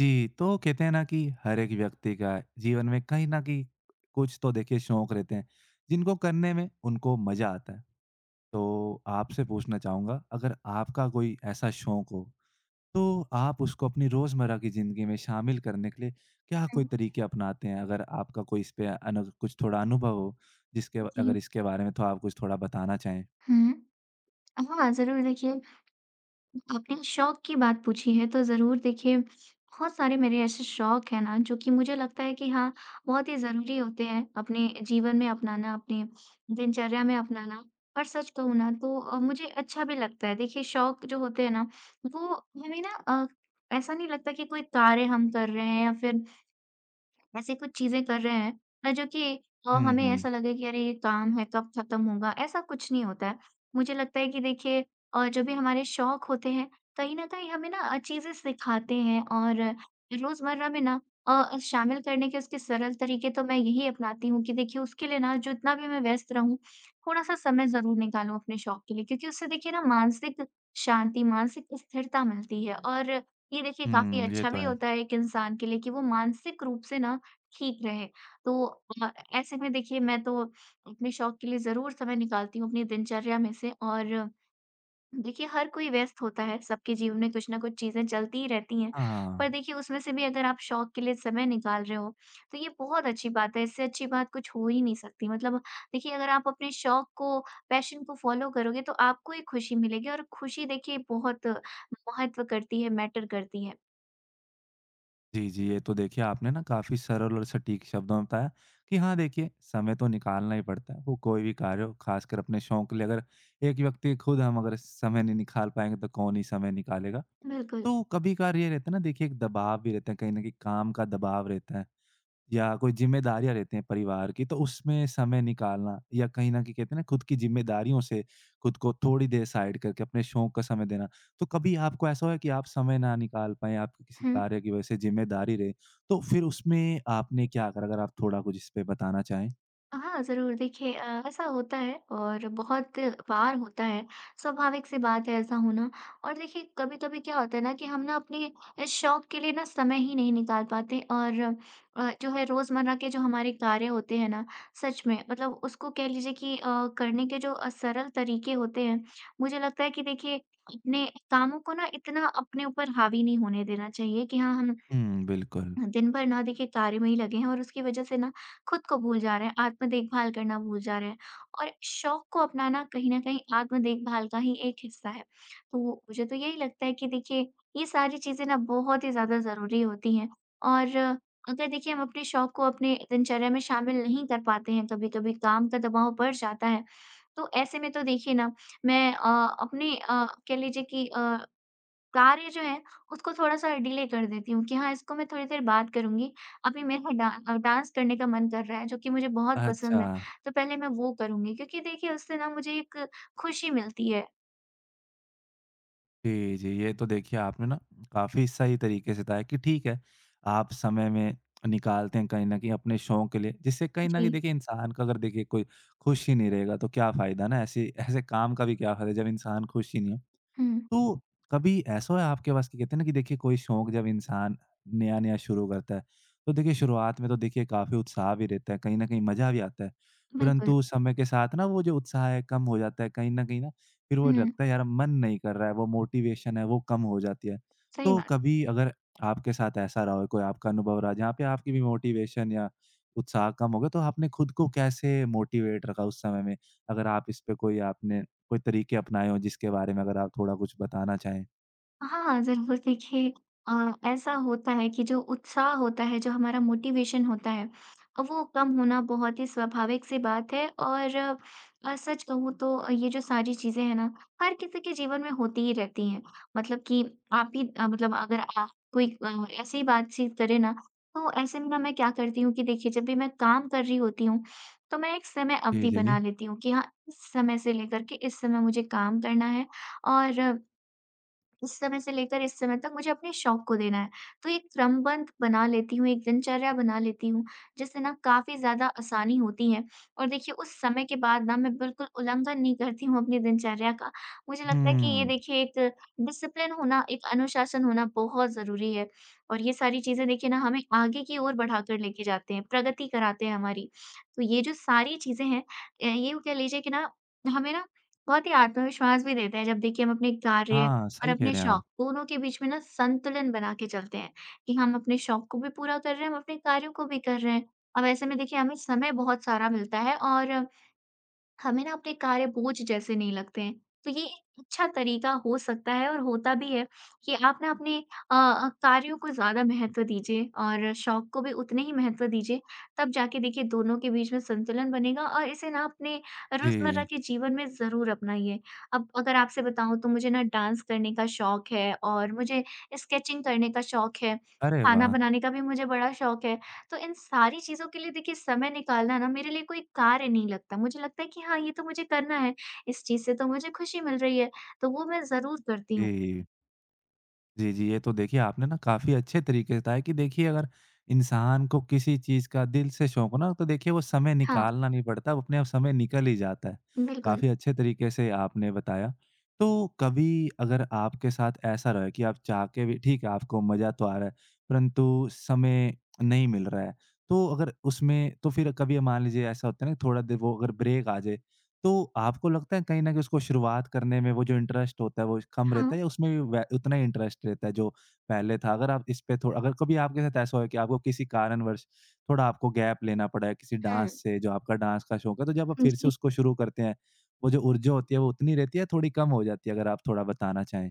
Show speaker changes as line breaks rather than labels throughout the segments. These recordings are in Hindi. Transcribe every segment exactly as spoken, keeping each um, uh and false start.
जी, तो कहते हैं ना कि हर एक व्यक्ति का जीवन में कहीं न कहीं कुछ तो देखिए शौक रहते हैं, जिनको करने में उनको मज़ा आता है। तो आपसे पूछना चाहूँगा अगर आपका कोई ऐसा शौक हो, तो आप उसको अपनी रोज़मर्रा की ज़िंदगी में शामिल करने के लिए क्या
हुँ,
कोई तरीके अपनाते हैं? अगर आपका कोई इस पे अनु कुछ थोड़ा अनुभव हो, जिसके अगर
जी।
इसके बारे में तो आप कुछ थोड़ा बताना चाहें?
हुँ। हाँ, ज़रूर देखिए, आपने शौक की बात पूछी है तो ज़रूर देखिए बहुत सारे मेरे ऐसे शौक हैं ना जो कि मुझे लगता है कि हाँ, बहुत ही ज़रूरी होते हैं अपने जीवन में अपनाना, अपने दिनचर्या में अपनाना। और सच कहूँ ना तो अ, मुझे अच्छा भी लगता है। देखिए शौक जो होते हैं ना, वो हमें ना अ, ऐसा नहीं लगता कि कोई कार्य हम कर रहे हैं या फिर ऐसी कुछ चीज़ें कर रहे हैं अ, जो कि अ,
हुँ,
हमें
हुँ।
ऐसा लगे कि अरे ये काम है कब खत्म होगा, ऐसा कुछ नहीं होता है। मुझे लगता है कि देखिए अ, जो भी हमारे शौक होते हैं, कहीं न कहीं हमें ना अ, चीज़ें सिखाते हैं और रोज़मर्रा में ना अ, शामिल करने के उसके सरल तरीके तो मैं यही अपनाती हूँ कि देखिए उसके लिए ना जितना भी मैं व्यस्त रहूँ, थोड़ा-सा समय ज़रूर निकालूँ अपने शौक के लिए क्योंकि उससे देखिए ना मानसिक शांति, मानसिक स्थिरता मिलती है और ये देखिए काफ़ी
हुँ, ये
अच्छा
तो
भी
है।
होता है एक इंसान के लिए कि वो मानसिक रूप से ना ठीक रहे। तो अ, ऐसे में देखिए मैं तो अपने शौक के लिए ज़रूर समय निकालती हूँ अपनी दिनचर्या में से और देखिए हर कोई व्यस्त होता है, सबके जीवन में कुछ न कुछ चीज़ें चलती ही रहती हैं। पर
हाँ।
देखिए उसमें से भी अगर आप शौक के लिए समय निकाल रहे हो, तो ये बहुत अच्छी बात है, इससे अच्छी बात कुछ हो ही नहीं सकती। मतलब देखिए अगर आप अपने शौक को, पैशन को फ़ॉलो करोगे तो आपको ही खुशी मिलेगी और खुशी देखिए बहुत महत्व करती है, मैटर करती है।
जी, जी। ये तो देखिए आपने ना काफ़ी सरल और सटीक शब्दों में बताया कि हाँ, देखिए समय तो निकालना ही पड़ता है, वो कोई भी कार्य हो, ख़ासकर अपने शौक के लिए अगर एक व्यक्ति खुद हम अगर समय नहीं निकाल पाएँगे तो कौन ही समय निकालेगा।
बिल्कुल।
तो कभी-कभार ये रहता है ना देखिए एक दबाव भी रहता है, कहीं न कहीं काम का दबाव रहता है। या कोई जिम्मेदारियाँ रहती हैं परिवार की, तो उसमें समय निकालना या कहीं न कहीं कहते हैं ना खुद की जिम्मेदारियों से खुद को थोड़ी देर साइड करके अपने शौक का समय देना। तो कभी आपको ऐसा हुआ है कि आप समय ना निकाल पाएँ, आपकी किसी
हुँ।
कार्य की वजह से जिम्मेदारी रहे, तो फिर उसमें आपने क्या करा? अगर आप थोड़ा कुछ इस पे बताना चाहें?
हाँ, ज़रूर। देखिए अ, ऐसा होता है और बहुत बार होता है, स्वाभाविक सी बात है ऐसा होना। और देखिए कभी-कभी क्या होता है ना कि हम ना अपने इस शौक के लिए ना समय ही नहीं निकाल पाते और अ, जो है रोज़मर्रा के जो हमारे कार्य होते हैं ना, सच में मतलब उसको कह लीजिए कि अ, करने के जो अ, सरल तरीके होते हैं, मुझे लगता है कि देखिए अपने कामों को ना इतना अपने ऊपर हावी नहीं होने देना चाहिए कि हाँ, हम
हुँ, बिल्कुल।
दिन भर ना देखिए कार्य में ही लगे हैं और उसकी वजह से ना खुद को भूल जा रहे हैं, आत्म देखभाल करना भूल जा रहे हैं और शौक को अपनाना कहीं न कहीं आत्म देखभाल का ही एक हिस्सा है। तो मुझे तो यही लगता है कि देखिए ये सारी चीज़ें ना बहुत ही ज़्यादा ज़रूरी होती हैं और अगर देखिए हम अपने शौक को अपने दिनचर्या में शामिल नहीं कर पाते हैं, कभी-कभी काम का दबाव बढ़ जाता है, तो ऐसे में तो देखिए ना मैं अ, अपने अ, कह लीजिए कि अ कार्य जो है उसको थोड़ा-सा डिले कर देती हूँ कि हाँ, इसको मैं थोड़ी देर बाद करूँगी। अभी मेरा डा अ, डांस करने का मन कर रहा है जो कि मुझे बहुत
अच्छा।
पसंद है, तो पहले मैं वो करूँगी क्योंकि देखिए उससे ना मुझे एक खुशी मिलती है।
जी, जी। ये तो देखिए आपने ना काफ़ी सही तरीके से बताया कि ठीक है, आप समय में निकालते हैं कहीं न कहीं अपने शौक के लिए, जिससे कहीं न
जी।
कहीं देखिए इंसान का अगर देखिए कोई खुश ही नहीं रहेगा तो क्या फ़ायदा ना ऐसे ऐसे काम का भी क्या फ़ायदा जब इंसान खुश ही नहीं हो।
हुँ,
तो कभी ऐसा है आपके पास कि कहते हैं ना कि देखिए कोई शौक जब इंसान नया-नया शुरू करता है, तो देखिए शुरुआत में तो देखिए काफ़ी उत्साह भी रहता है, कहीं न कहीं मज़ा भी आता है।
बिल्कुल।
परंतु समय के साथ ना वो जो उत्साह है कम हो जाता है, कहीं न कहीं ना फिर वो
हुँ,
लगता है यार मन नहीं कर रहा है, वो मोटिवेशन है वो कम हो जाती है।
सही
तो
बात।
कभी अगर आपके साथ ऐसा रहा हो, कोई आपका अनुभव रहा जहाँ पे आपकी भी मोटिवेशन या उत्साह कम हो गया, तो आपने खुद को कैसे मोटिवेट रखा उस समय में? अगर आप इस पे कोई आपने कोई तरीके अपनाए हों जिसके बारे में अगर आप थोड़ा कुछ बताना चाहें?
हाँ, ज़रूर देखिए अ, ऐसा होता है कि जो उत्साह होता है, जो हमारा मोटिवेशन होता है, वो कम होना बहुत ही स्वाभाविक सी बात है और अ, सच कहूँ तो ये जो सारी चीज़ें हैं ना, हर किसी के जीवन में होती ही रहती हैं। मतलब कि आप ही अ, मतलब अगर आप कोई अ, ऐसी बातचीत करे ना, तो ऐसे में ना मैं क्या करती हूँ कि देखिए जब भी मैं काम कर रही होती हूँ, तो मैं एक समय
जी,
अवधि
जी, जी।
बना लेती हूँ कि हाँ, इस समय से लेकर के इस समय मुझे काम करना है और उस समय से लेकर इस समय तक मुझे अपने शौक को देना है। तो एक क्रमबद्ध बना लेती हूँ, एक दिनचर्या बना लेती हूँ, जिससे ना काफ़ी ज़्यादा आसानी होती है। और देखिए उस समय के बाद ना मैं बिल्कुल उल्लंघन नहीं करती हूँ अपनी दिनचर्या का। मुझे लगता है कि ये
हुँ।
देखिए एक डिसिप्लिन होना, एक अनुशासन होना बहुत ज़रूरी है। और ये सारी चीज़ें देखिए ना हमें आगे की ओर बढ़ाकर लेके जाते हैं, प्रगति कराते हैं हमारी। तो ये जो सारी चीज़ें हैं अ, ये कह लीजिए कि ना हमें ना बहुत ही आत्मविश्वास भी देता है जब देखिए हम अपने कार्य
हाँ,
और
सही कह
अपने
रहे हैं आप।
शौक, दोनों के बीच में ना संतुलन बना के चलते हैं कि हम अपने शौक को भी पूरा कर रहे हैं, हम अपने कार्यों को भी कर रहे हैं। अब ऐसे में देखिए हमें समय बहुत सारा मिलता है और हमें ना अपने कार्यबोझ जैसे नहीं लगते हैं। तो ये अच्छा तरीका हो सकता है और होता भी है कि आप ना अपने अ अ, कार्यों को ज़्यादा महत्व दीजिए और शौक को भी उतने ही महत्व दीजिए। तब जाके देखिए दोनों के बीच में संतुलन बनेगा और इसे ना अपने रोज़मर्रा
जी।
के जीवन में ज़रूर अपनाइए। अब अगर आपसे बताऊँ तो मुझे ना डांस करने का शौक है और मुझे स्केचिंग करने का शौक है,
अरे
खाना
वाह!
बनाने का भी मुझे बड़ा शौक है। तो इन सारी चीज़ों के लिए देखिए समय निकालना ना मेरे लिए कोई कार्य नहीं लगता। मुझे लगता है कि हाँ, ये तो मुझे करना है, इस चीज़ से तो मुझे खुशी मिल रही है, तो वो मैं ज़रूर करती हूँ।
जी। जी, जी। ये तो देखिए आपने ना काफ़ी अच्छे तरीके से बताया कि देखिए अगर इंसान को किसी चीज़ का दिल से शौक हो ना तो देखिए वो समय
हाँ,
निकालना नहीं पड़ता, वो अपने आप समय निकल ही जाता है।
बिल्कुल।
काफ़ी अच्छे तरीके से आपने बताया। तो कभी अगर आपके साथ ऐसा रहा है कि आप चाह के भी ठीक है आपको मज़ा तो आ रहा है, परंतु समय नहीं मिल रहा है, तो अगर उसमें तो फिर कभी मान लीजिए ऐसा होता है ना थोड़ा देर वो अगर ब्रेक आ जाए तो आपको लगता है कहीं न कहीं उसको शुरुआत करने में वो जो इंटरेस्ट होता है वो कम
हाँ।
रहता है या उसमें भी वै उतना ही इंटरेस्ट रहता है जो पहले था? अगर आप इस पे थोड़ा अगर कभी आपके साथ ऐसा हुआ है कि आपको किसी कारणवश थोड़ा आपको गैप लेना पड़ा है किसी
हुँ।
डांस से जो आपका डांस का शौक है, तो जब आप फिर से
जी।
उसको शुरू करते हैं, वो जो ऊर्जा होती है वो उतनी रहती है या थोड़ी कम हो जाती है? अगर आप थोड़ा बताना चाहें।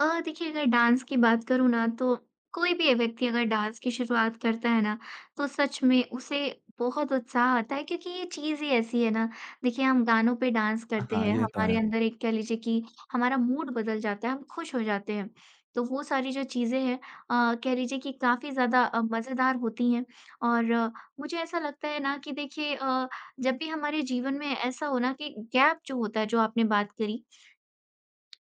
अ, देखिए अगर डांस की बात करूँ ना तो कोई भी व्यक्ति अगर डांस की शुरुआत करता है ना तो सच में उसे बहुत उत्साह आता है क्योंकि ये चीज़ ही ऐसी है ना। देखिए हम गानों पे डांस
हाँ।
करते
हाँ,
हैं हम्म,
ये तो
हमारे
है।
अंदर एक कह लीजिए कि हमारा मूड बदल जाता है, हम खुश हो जाते हैं। तो वो सारी जो चीज़ें हैं अ, कह लीजिए कि काफ़ी ज़्यादा अ, मज़ेदार होती हैं। और अ, मुझे ऐसा लगता है ना कि देखिए अ, जब भी हमारे जीवन में ऐसा हो ना कि गैप जो होता है जो आपने बात करी,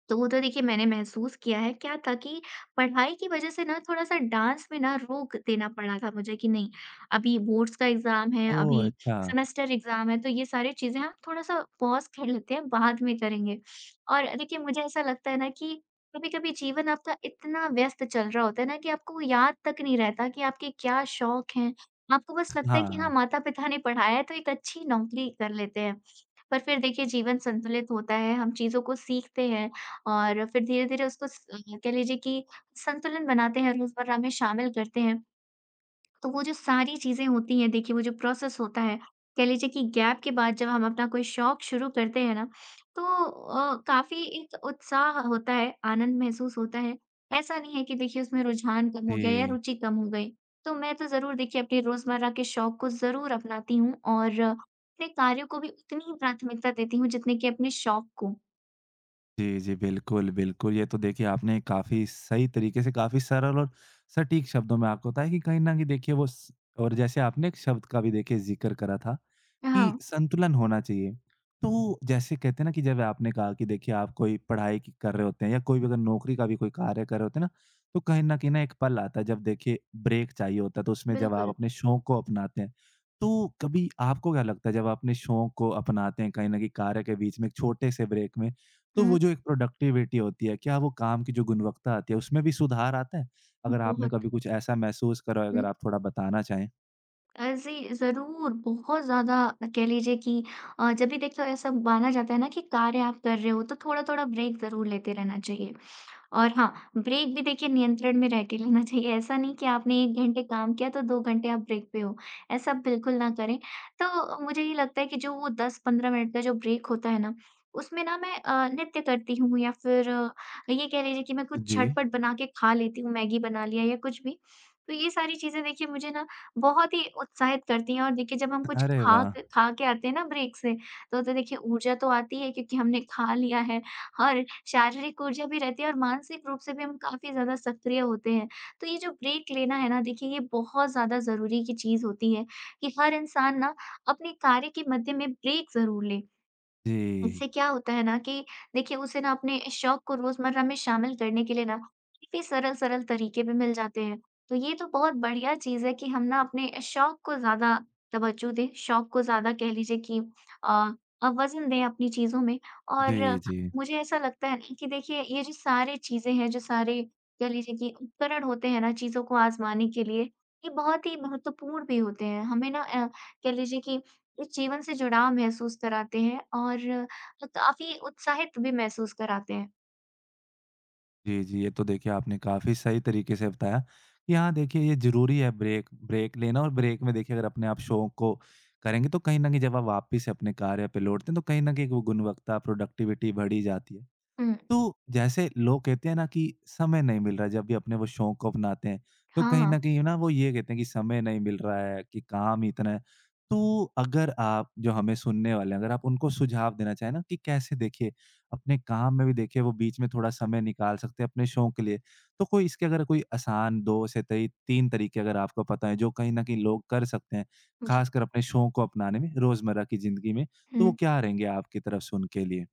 तो वो तो देखिए मैंने महसूस किया है, क्या था कि पढ़ाई की वज़ह से ना थोड़ा-सा डांस में ना रोक देना पड़ा था मुझे कि नहीं, अभी बोर्ड्स का एग्ज़ाम है,
ओह!
अभी
अच्छा।
सेमेस्टर एग्ज़ाम है, तो ये सारी चीज़ें हम थोड़ा-सा पॉज़ कर लेते हैं, बाद में करेंगे। और देखिए मुझे ऐसा लगता है ना कि कभी-कभी जीवन आपका इतना व्यस्त चल रहा होता है ना कि आपको वो याद तक नहीं रहता कि आपके क्या शौक हैं। आपको बस लगता है कि
हाँ,
हाँ, माता-पिता ने पढ़ाया है तो एक अच्छी नौकरी कर लेते हैं। पर फिर देखिए जीवन संतुलित होता है, हम चीज़ों को सीखते हैं और फिर धीरे-धीरे उसको स कह लीजिए कि संतुलन बनाते हैं, रोज़मर्रा में शामिल करते हैं। तो वो जो सारी चीज़ें होती हैं देखिए वो जो प्रोसेस होता है, कह लीजिए कि गैप के बाद जब हम अपना कोई शौक शुरू करते हैं ना, तो अ, काफ़ी एक उत्साह होता है, आनंद महसूस होता है। ऐसा नहीं है कि देखिए उसमें रुझान कम हो गया या
जी।
रुचि कम हो गई। तो मैं तो ज़रूर देखिए अपने रोज़मर्रा के शौक को ज़रूर अपनाती हूँ और अपने कार्यों को भी उतनी ही प्राथमिकता देती हूँ जितने कि अपने शौक को।
जी, जी। बिल्कुल, बिल्कुल। ये तो देखिए आपने काफ़ी सही तरीके से काफ़ी सरल और सटीक शब्दों में आपको बताया कि कहीं न कहीं देखिए वो स और जैसे आपने एक शब्द का भी देखिए ज़िक्र करा था कि
हाँ।
संतुलन होना चाहिए। तो जैसे कहते हैं ना कि जब आपने कहा कि देखिए आप कोई पढ़ाई की कर रहे होते हैं या कोई भी अगर नौकरी का भी कोई कार्य कर रहे होते हैं ना, तो कहीं न कहीं ना एक पल आता है जब देखिए ब्रेक चाहिए होता है, तो उसमें जब आप
बिल्कुल।
अपने शौक को अपनाते हैं। तो कभी आपको क्या लगता है जब आप अपने शौक को अपनाते हैं कहीं न कहीं कार्य के बीच में एक छोटे से ब्रेक में, तो वो
हुँ।
जो एक प्रोडक्टिविटी होती है, क्या वो काम की जो गुणवत्ता आती है, उसमें भी सुधार आता है? अगर आपने
बहुत।
कभी कुछ ऐसा महसूस करा हो, अगर
हुँ।
आप थोड़ा बताना चाहें?
अ, जी, ज़रूर, बहुत ज़्यादा कह लीजिए कि अ, जब भी देखिए ऐसा माना जाता है ना कि कार्य आप कर रहे हो, तो थोड़ा-थोड़ा ब्रेक ज़रूर लेते रहना चाहिए। और हाँ, ब्रेक भी देखिए नियंत्रण में रह के लेना चाहिए, ऐसा नहीं कि आपने एक घंटे काम किया, तो दो घंटे आप ब्रेक पे हो, ऐसा बिल्कुल ना करें। तो मुझे ये लगता है कि जो वो दस से पंद्रह मिनट का जो ब्रेक होता है ना, उसमें ना मैं अ, नृत्य करती हूँ या फिर अ, ये कह लीजिए कि मैं कुछ
जी।
झटपट बना के खा लेती हूँ, मैगी बना लिया या कुछ भी। तो ये सारी चीज़ें देखिए मुझे ना बहुत ही उत्साहित करती हैं और देखिए जब हम कुछ
अरे
खा
वाह!
क खा के आते हैं ना ब्रेक से, तो तो देखिए ऊर्जा तो आती है क्योंकि हमने खा लिया है और शारीरिक ऊर्जा भी रहती है और मानसिक रूप से भी हम काफ़ी ज़्यादा सक्रिय होते हैं। तो ये जो ब्रेक लेना है ना देखिए ये बहुत ज़्यादा ज़रूरी की चीज़ होती है कि हर इंसान ना अपने कार्य के मध्य में ब्रेक ज़रूर ले।
जी।
इससे क्या होता है ना कि देखिए उसे ना अपने शौक को रोजमर्रा में शामिल करने के लिए ना काफ़ी सरल-सरल तरीके भी मिल जाते हैं। तो ये तो बहुत बढ़िया चीज़ है कि हम ना अपने शौक को ज़्यादा तवज्जो दें, शौक को ज़्यादा कह लीजिए कि अ अ, वज़न दें अपनी चीज़ों में।
जी,
और
जी।
मुझे ऐसा लगता है ना कि देखिए ये जो सारी चीज़ें हैं, जो सारे कह लीजिए कि उपकरण होते हैं ना चीज़ों को आज़माने के लिए, ये बहुत ही महत्वपूर्ण भी होते हैं। हमें ना अ, कह लीजिए कि इस जीवन से जुड़ाव महसूस कराते हैं और तो काफ़ी उत्साहित भी महसूस कराते हैं।
जी, जी, ये तो देखिए आपने काफ़ी सही तरीके से बताया कि हाँ, देखिए ये ज़रूरी है ब्रेक ब्रेक लेना और ब्रेक में देखिए अगर अपने आप शौक को करेंगे तो कहीं न कहीं जब आप वापिस अपने कार्य पे लौटते हैं, तो कहीं न कहीं एक वो गुणवत्ता, प्रोडक्टिविटी बढ़ ही जाती है।
हुँ।
तो जैसे लोग कहते हैं ना कि समय नहीं मिल रहा है, जब भी अपने वो शौक को अपनाते हैं तो
हाँ,
कहीं
हाँ।
ना कहीं ना वो ये कहते हैं कि समय नहीं मिल रहा है कि काम ही इतना है तो अगर आप जो हमें सुनने वाले हैं अगर आप उनको सुझाव देना चाहें ना कि कैसे देखिए अपने काम में भी देखिए वो बीच में थोड़ा समय निकाल सकते हैं अपने शौक के लिए तो कोई इसके अगर कोई आसान दो से तई तीन तरीके अगर आपको पता है जो कहीं ना कहीं लोग कर सकते हैं
जी।
खासकर अपने शौक को अपनाने में रोजमर्रा की जिंदगी में तो वो
हुँ।
क्या रहेंगे आपकी तरफ से उनके लिए।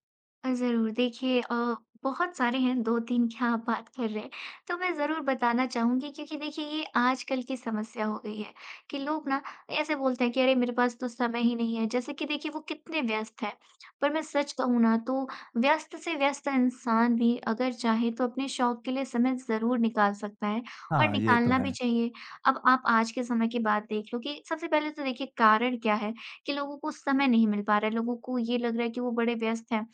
अ, ज़रूर देखिए अ, बहुत सारे हैं, दो-तीन क्या आप बात कर रहे हैं। तो मैं ज़रूर बताना चाहूँगी क्योंकि देखिए ये आजकल की समस्या हो गई है कि लोग ना ऐसे बोलते हैं कि अरे मेरे पास तो समय ही नहीं है, जैसे कि देखिए वो कितने व्यस्त हैं। पर मैं सच कहूँ ना तो व्यस्त से व्यस्त इंसान भी अगर चाहे तो अपने शौक के लिए समय ज़रूर निकाल सकता है और
हाँ, ये तो
निकालना भी
है।
चाहिए। अब आप आज के समय की बात देख लो कि सबसे पहले तो देखिए कारण क्या है कि लोगों को समय नहीं मिल पा रहा है, लोगों को ये लग रहा है कि वो बड़े व्यस्त हैं।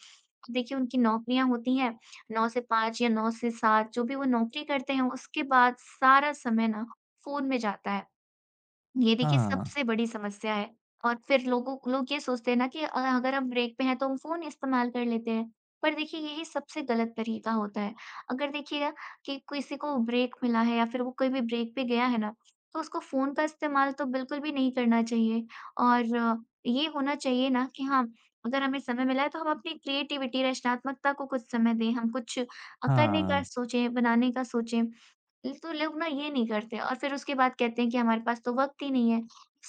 तो देखिए उनकी नौकरियाँ होती हैं, नौ से पाँच या नौ से सात जो भी वो नौकरी करते हैं, उसके बाद सारा समय ना फ़ोन में जाता है। ये देखिए
हाँ।
सबसे बड़ी समस्या है। और फिर लोगों लोग ये सोचते हैं ना कि अ, अगर हम ब्रेक पे हैं तो हम फ़ोन इस्तेमाल कर लेते हैं। पर देखिए यही सबसे गलत तरीका होता है। अगर देखिएगा कि किसी को ब्रेक मिला है या फिर वो कोई भी ब्रेक पे गया है ना, तो उसको फ़ोन का इस्तेमाल तो बिल्कुल भी नहीं करना चाहिए। और अ, ये होना चाहिए ना कि हाँ, अगर हमें समय मिला है तो हम अपनी क्रिएटिविटी रचनात्मकता को कुछ समय दें, हम कुछ अ, करने का
हाँ,
सोचें, बनाने का सोचें। ल तो लोग ना ये नहीं करते और फिर उसके बाद कहते हैं कि हमारे पास तो वक़्त ही नहीं है।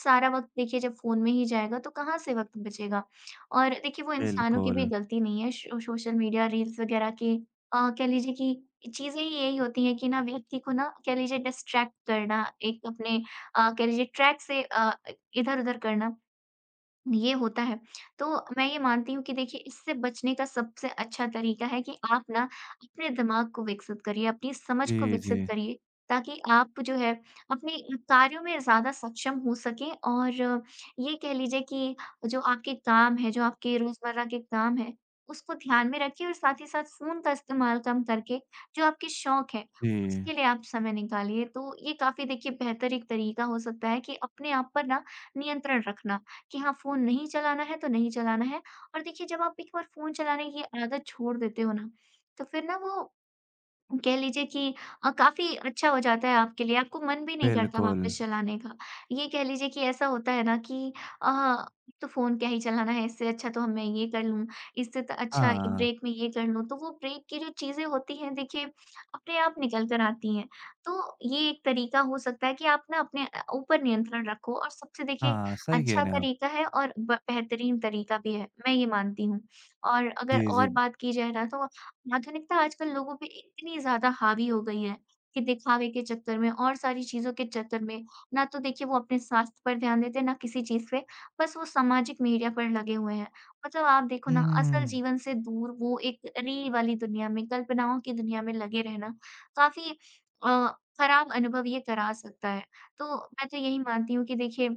सारा वक़्त देखिए जब फ़ोन में ही जाएगा तो कहाँ से वक़्त बचेगा? और देखिए वो इंसानों की भी
बिल्कुल।
गलती नहीं है, शो सोशल मीडिया रील्स वग़ैरह की अ, कह लीजिए कि चीज़ें ही यही होती हैं कि ना व्यक्ति को ना, कह लीजिए, डिस्ट्रैक्ट करना, एक अपने अ, कह लीजिए ट्रैक से अ, इधर-उधर करना। ये होता है। तो मैं ये मानती हूँ कि देखिए इससे बचने का सबसे अच्छा तरीका है कि आप ना अपने दिमाग को विकसित करिए, अपनी समझ को
जी,
विकसित
जी।
करिए, ताकि आप जो है अपने कार्यों में ज़्यादा सक्षम हो सकें। और ये कह लीजिए कि जो आपके काम हैं, जो आपके रोज़मर्रा के काम हैं, उसको ध्यान में रखिए और साथ ही साथ फ़ोन का इस्तेमाल कम करके जो आपके शौक हैं,
जी,
उसके लिए आप समय निकालिए। तो ये काफ़ी देखिए बेहतर एक तरीका हो सकता है कि अपने आप पर ना नियंत्रण रखना। कि हाँ, फ़ोन नहीं चलाना है तो नहीं चलाना है। और देखिए जब आप एक बार फ़ोन चलाने की आदत छोड़ देते हो ना, तो फिर ना वो कह लीजिए कि अ, काफ़ी अच्छा हो जाता है आपके लिए, आपको मन भी नहीं करता
बिल्कुल।
वापस चलाने का। ये कह लीजिए कि ऐसा होता है ना कि अ, तो फ़ोन क्या ही चलाना है, इससे अच्छा तो अब मैं ये कर लूँ, इससे तो अच्छा
हाँ,
ब्रेक में ये कर लूँ। तो वो ब्रेक की जो चीज़ें होती हैं देखिए, अपने आप निकल कर आती हैं। तो ये एक तरीका हो सकता है कि आप ना अपने अ, ऊपर नियंत्रण रखो, और सबसे देखिए
हाँ, सही कह
अच्छा
रहे हैं आप।
तरीका है और ब बेहतरीन तरीका भी है, मैं ये मानती हूँ। और
जी,
अगर
जी।
और बात की जाए ना, तो आधुनिकता आजकल लोगों पे इतनी ज़्यादा हावी हो गई है कि दिखावे के चक्कर में और सारी चीज़ों के चक्कर में, ना तो देखिए वो अपने स्वास्थ्य पर ध्यान देते हैं, ना किसी चीज़ पे, बस वो सामाजिक मीडिया पर लगे हुए हैं। मतलब आप देखो ना, असल
हुँ,
जीवन से दूर वो एक रील वाली दुनिया में, कल्पनाओं की दुनिया में लगे रहना काफ़ी अ, खराब अनुभव ये करा सकता है। तो मैं तो यही मानती हूँ कि देखिए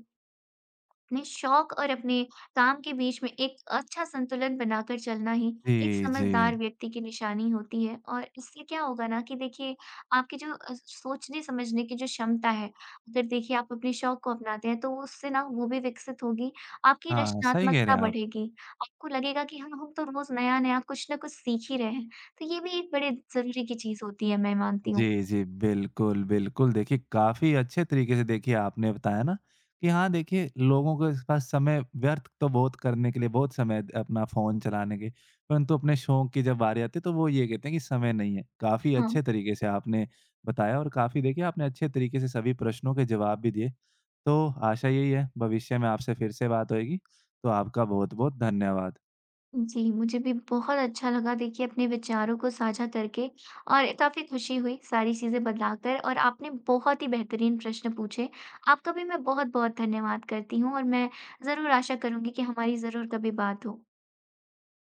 अपने शौक और अपने काम के बीच में एक अच्छा संतुलन बनाकर चलना ही एक
जी, जी।
समझदार व्यक्ति की निशानी होती है। और इससे क्या होगा ना कि देखिए आपकी जो अ, सोचने समझने की जो क्षमता है, अगर देखिए आप अपने शौक को अपनाते हैं तो उससे ना वो भी विकसित होगी, आपकी
हाँ, सही कह रहे
रचनात्मकता
हैं आप।
बढ़ेगी। आपको लगेगा कि हाँ, हम तो रोज़ नया-नया कुछ ना कुछ सीख ही रहे हैं। तो ये भी एक बड़े ज़रूरी की चीज़ होती है, मैं मानती हूँ।
जी, जी। बिल्कुल, बिल्कुल। देखिए, काफ़ी अच्छे तरीके से देखिए आपने बताया ना कि हाँ, देखिए लोगों के पास समय व्यर्थ तो बहुत करने के लिए बहुत समय है अपना फ़ोन चलाने के, परंतु अपने शौक की जब बारी आती है तो वो ये कहते हैं कि समय नहीं है। काफ़ी
हाँ।
अच्छे तरीके से आपने बताया और काफ़ी देखिए आपने अच्छे तरीके से सभी प्रश्नों के जवाब भी दिए। तो आशा यही है भविष्य में आपसे फिर से बात होएगी। तो आपका बहुत-बहुत धन्यवाद।
जी, मुझे भी बहुत अच्छा लगा देखिए अपने विचारों को साझा करके और काफ़ी खुशी हुई सारी चीज़ें बताकर, और आपने बहुत ही बेहतरीन प्रश्न पूछे। आपका भी मैं बहुत-बहुत धन्यवाद करती हूँ और मैं ज़रूर आशा करूँगी कि हमारी ज़रूर कभी बात हो।